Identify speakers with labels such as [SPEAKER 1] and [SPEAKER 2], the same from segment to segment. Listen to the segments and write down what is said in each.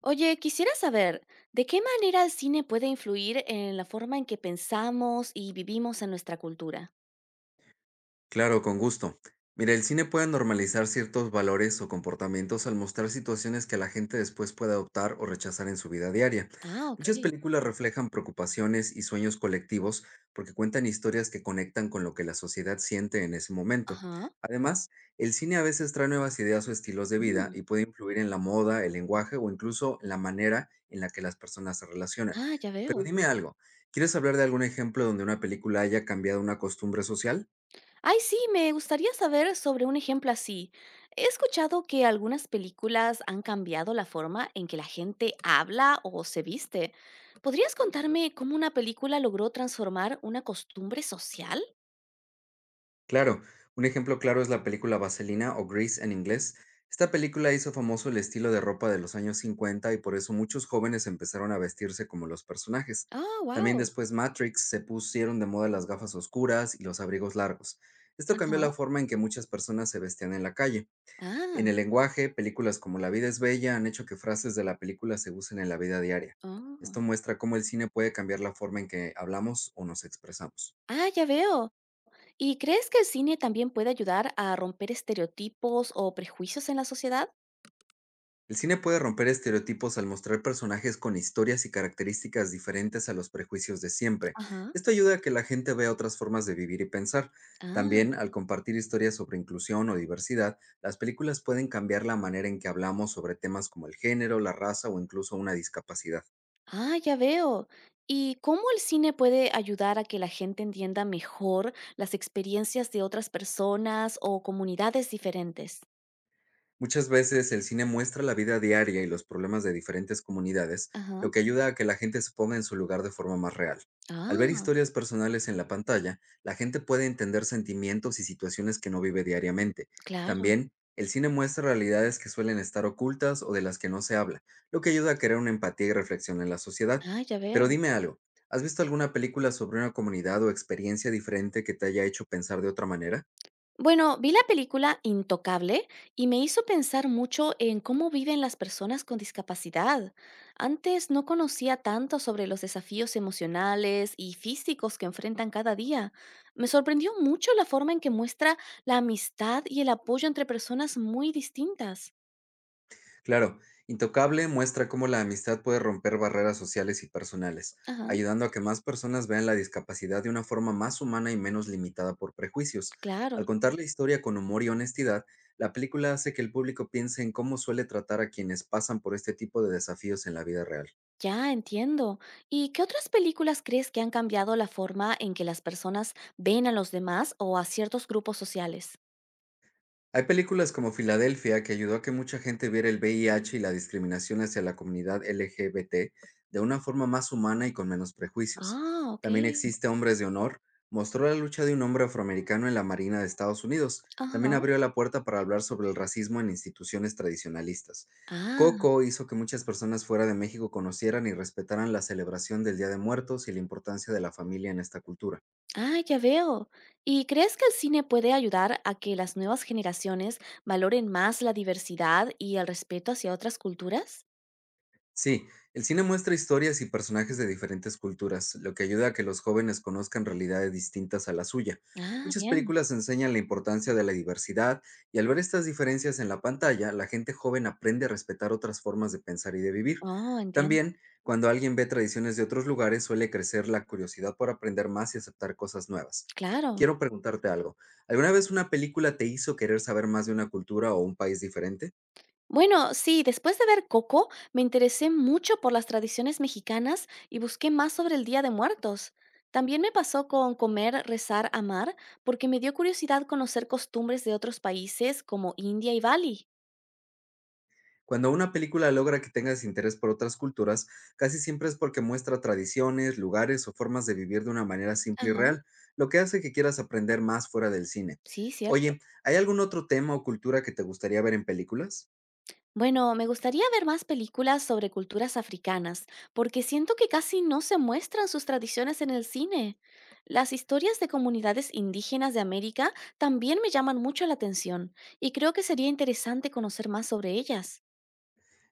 [SPEAKER 1] Oye, quisiera saber, ¿de qué manera el cine puede influir en la forma en que pensamos y vivimos en nuestra cultura?
[SPEAKER 2] Claro, con gusto. Mira, el cine puede normalizar ciertos valores o comportamientos al mostrar situaciones que la gente después puede adoptar o rechazar en su vida diaria.
[SPEAKER 1] Ah, ok.
[SPEAKER 2] Muchas películas reflejan preocupaciones y sueños colectivos porque cuentan historias que conectan con lo que la sociedad siente en ese momento.
[SPEAKER 1] Ajá.
[SPEAKER 2] Además, el cine a veces trae nuevas ideas o estilos de vida
[SPEAKER 1] Mm,
[SPEAKER 2] y puede influir en la moda, el lenguaje o incluso la manera en la que las personas se relacionan.
[SPEAKER 1] Ah, ya
[SPEAKER 2] Pero
[SPEAKER 1] veo.
[SPEAKER 2] dime algo, ¿quieres hablar de algún ejemplo donde una película haya cambiado una costumbre social?
[SPEAKER 1] Ay, sí, me gustaría saber sobre un ejemplo así. He escuchado que algunas películas han cambiado la forma en que la gente habla o se viste. ¿Podrías contarme cómo una película logró transformar una costumbre social?
[SPEAKER 2] Claro, un ejemplo claro es la película Vaselina o Grease en inglés. Esta película hizo famoso el estilo de ropa de los años 50 y por eso muchos jóvenes empezaron a vestirse como los personajes.
[SPEAKER 1] Ah,
[SPEAKER 2] También,
[SPEAKER 1] wow.
[SPEAKER 2] después Matrix, se pusieron de moda las gafas oscuras y los abrigos largos. Esto cambió
[SPEAKER 1] Ajá.
[SPEAKER 2] la forma en que muchas personas se vestían en la calle.
[SPEAKER 1] Ah,
[SPEAKER 2] En el lenguaje, películas como La vida es bella han hecho que frases de la película se usen en la vida diaria.
[SPEAKER 1] oh.
[SPEAKER 2] Esto muestra cómo el cine puede cambiar la forma en que hablamos o nos expresamos.
[SPEAKER 1] Ah, ya veo. ¿Y crees que el cine también puede ayudar a romper estereotipos o prejuicios en la sociedad?
[SPEAKER 2] El cine puede romper estereotipos al mostrar personajes con historias y características diferentes a los prejuicios de siempre.
[SPEAKER 1] Ajá.
[SPEAKER 2] Esto ayuda a que la gente vea otras formas de vivir y pensar.
[SPEAKER 1] Ah,
[SPEAKER 2] También, al compartir historias sobre inclusión o diversidad, las películas pueden cambiar la manera en que hablamos sobre temas como el género, la raza o incluso una discapacidad.
[SPEAKER 1] ah, ya veo. ¿Y cómo el cine puede ayudar a que la gente entienda mejor las experiencias de otras personas o comunidades diferentes?
[SPEAKER 2] Muchas veces el cine muestra la vida diaria y los problemas de diferentes comunidades,
[SPEAKER 1] Ajá.
[SPEAKER 2] lo que ayuda a que la gente se ponga en su lugar de forma más real. Al ver
[SPEAKER 1] Ah,
[SPEAKER 2] historias personales en la pantalla, la gente puede entender sentimientos y situaciones que no vive diariamente.
[SPEAKER 1] claro.
[SPEAKER 2] También, el cine muestra realidades que suelen estar ocultas o de las que no se habla, lo que ayuda a crear una empatía y reflexión en la sociedad.
[SPEAKER 1] Ah, ya
[SPEAKER 2] Pero
[SPEAKER 1] veo.
[SPEAKER 2] dime algo, ¿has visto alguna película sobre una comunidad o experiencia diferente que te haya hecho pensar de otra manera?
[SPEAKER 1] Bueno, vi la película Intocable y me hizo pensar mucho en cómo viven las personas con discapacidad. Antes no conocía tanto sobre los desafíos emocionales y físicos que enfrentan cada día. Me sorprendió mucho la forma en que muestra la amistad y el apoyo entre personas muy distintas.
[SPEAKER 2] Claro, Intocable muestra cómo la amistad puede romper barreras sociales y personales,
[SPEAKER 1] Ajá,
[SPEAKER 2] ayudando a que más personas vean la discapacidad de una forma más humana y menos limitada por prejuicios.
[SPEAKER 1] claro.
[SPEAKER 2] Al contar la historia con humor y honestidad, la película hace que el público piense en cómo suele tratar a quienes pasan por este tipo de desafíos en la vida real.
[SPEAKER 1] Ya entiendo. ¿Y qué otras películas crees que han cambiado la forma en que las personas ven a los demás o a ciertos grupos sociales?
[SPEAKER 2] Hay películas como Filadelfia, que ayudó a que mucha gente viera el VIH y la discriminación hacia la comunidad LGBT de una forma más humana y con menos prejuicios.
[SPEAKER 1] Ah, ok.
[SPEAKER 2] También existe Hombres de Honor, mostró la lucha de un hombre afroamericano en la Marina de Estados Unidos. También
[SPEAKER 1] Ajá.
[SPEAKER 2] abrió la puerta para hablar sobre el racismo en instituciones tradicionalistas.
[SPEAKER 1] Ah,
[SPEAKER 2] Coco hizo que muchas personas fuera de México conocieran y respetaran la celebración del Día de Muertos y la importancia de la familia en esta cultura.
[SPEAKER 1] ah, ya veo. ¿Y crees que el cine puede ayudar a que las nuevas generaciones valoren más la diversidad y el respeto hacia otras culturas?
[SPEAKER 2] Sí, el cine muestra historias y personajes de diferentes culturas, lo que ayuda a que los jóvenes conozcan realidades distintas a la suya.
[SPEAKER 1] Ah,
[SPEAKER 2] Muchas
[SPEAKER 1] bien.
[SPEAKER 2] películas enseñan la importancia de la diversidad, y al ver estas diferencias en la pantalla, la gente joven aprende a respetar otras formas de pensar y de vivir.
[SPEAKER 1] Oh, entiendo.
[SPEAKER 2] También, cuando alguien ve tradiciones de otros lugares, suele crecer la curiosidad por aprender más y aceptar cosas nuevas.
[SPEAKER 1] Claro.
[SPEAKER 2] Quiero preguntarte algo. ¿Alguna vez una película te hizo querer saber más de una cultura o un país diferente?
[SPEAKER 1] Bueno, sí, después de ver Coco, me interesé mucho por las tradiciones mexicanas y busqué más sobre el Día de Muertos. También me pasó con Comer, Rezar, Amar, porque me dio curiosidad conocer costumbres de otros países como India y Bali.
[SPEAKER 2] Cuando una película logra que tengas interés por otras culturas, casi siempre es porque muestra tradiciones, lugares o formas de vivir de una manera simple y
[SPEAKER 1] Ajá,
[SPEAKER 2] real, lo que hace que quieras aprender más fuera del cine.
[SPEAKER 1] sí, cierto.
[SPEAKER 2] Oye, ¿hay algún otro tema o cultura que te gustaría ver en películas?
[SPEAKER 1] Bueno, me gustaría ver más películas sobre culturas africanas, porque siento que casi no se muestran sus tradiciones en el cine. Las historias de comunidades indígenas de América también me llaman mucho la atención, y creo que sería interesante conocer más sobre ellas.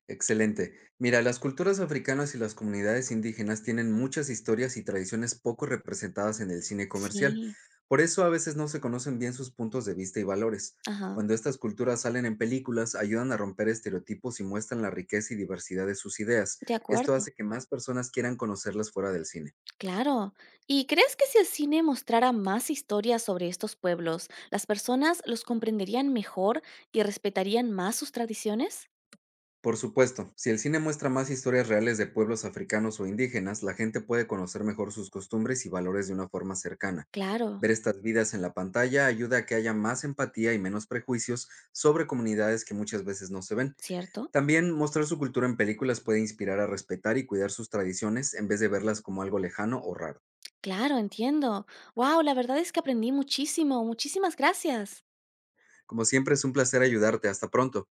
[SPEAKER 2] Excelente. Mira, las culturas africanas y las comunidades indígenas tienen muchas historias y tradiciones poco representadas en el cine comercial.
[SPEAKER 1] Sí,
[SPEAKER 2] Por eso a veces no se conocen bien sus puntos de vista y valores.
[SPEAKER 1] ajá,
[SPEAKER 2] Cuando estas culturas salen en películas, ayudan a romper estereotipos y muestran la riqueza y diversidad de sus ideas.
[SPEAKER 1] de
[SPEAKER 2] Esto
[SPEAKER 1] acuerdo,
[SPEAKER 2] hace que más personas quieran conocerlas fuera del cine.
[SPEAKER 1] claro. ¿Y crees que si el cine mostrara más historias sobre estos pueblos, las personas los comprenderían mejor y respetarían más sus tradiciones?
[SPEAKER 2] Por supuesto, si el cine muestra más historias reales de pueblos africanos o indígenas, la gente puede conocer mejor sus costumbres y valores de una forma cercana.
[SPEAKER 1] Claro,
[SPEAKER 2] Ver estas vidas en la pantalla ayuda a que haya más empatía y menos prejuicios sobre comunidades que muchas veces no se ven.
[SPEAKER 1] ¿cierto?
[SPEAKER 2] También, mostrar su cultura en películas puede inspirar a respetar y cuidar sus tradiciones en vez de verlas como algo lejano o raro.
[SPEAKER 1] Claro, entiendo. Wow, la verdad es que aprendí muchísimo. Muchísimas gracias.
[SPEAKER 2] Como siempre, es un placer ayudarte. Hasta pronto.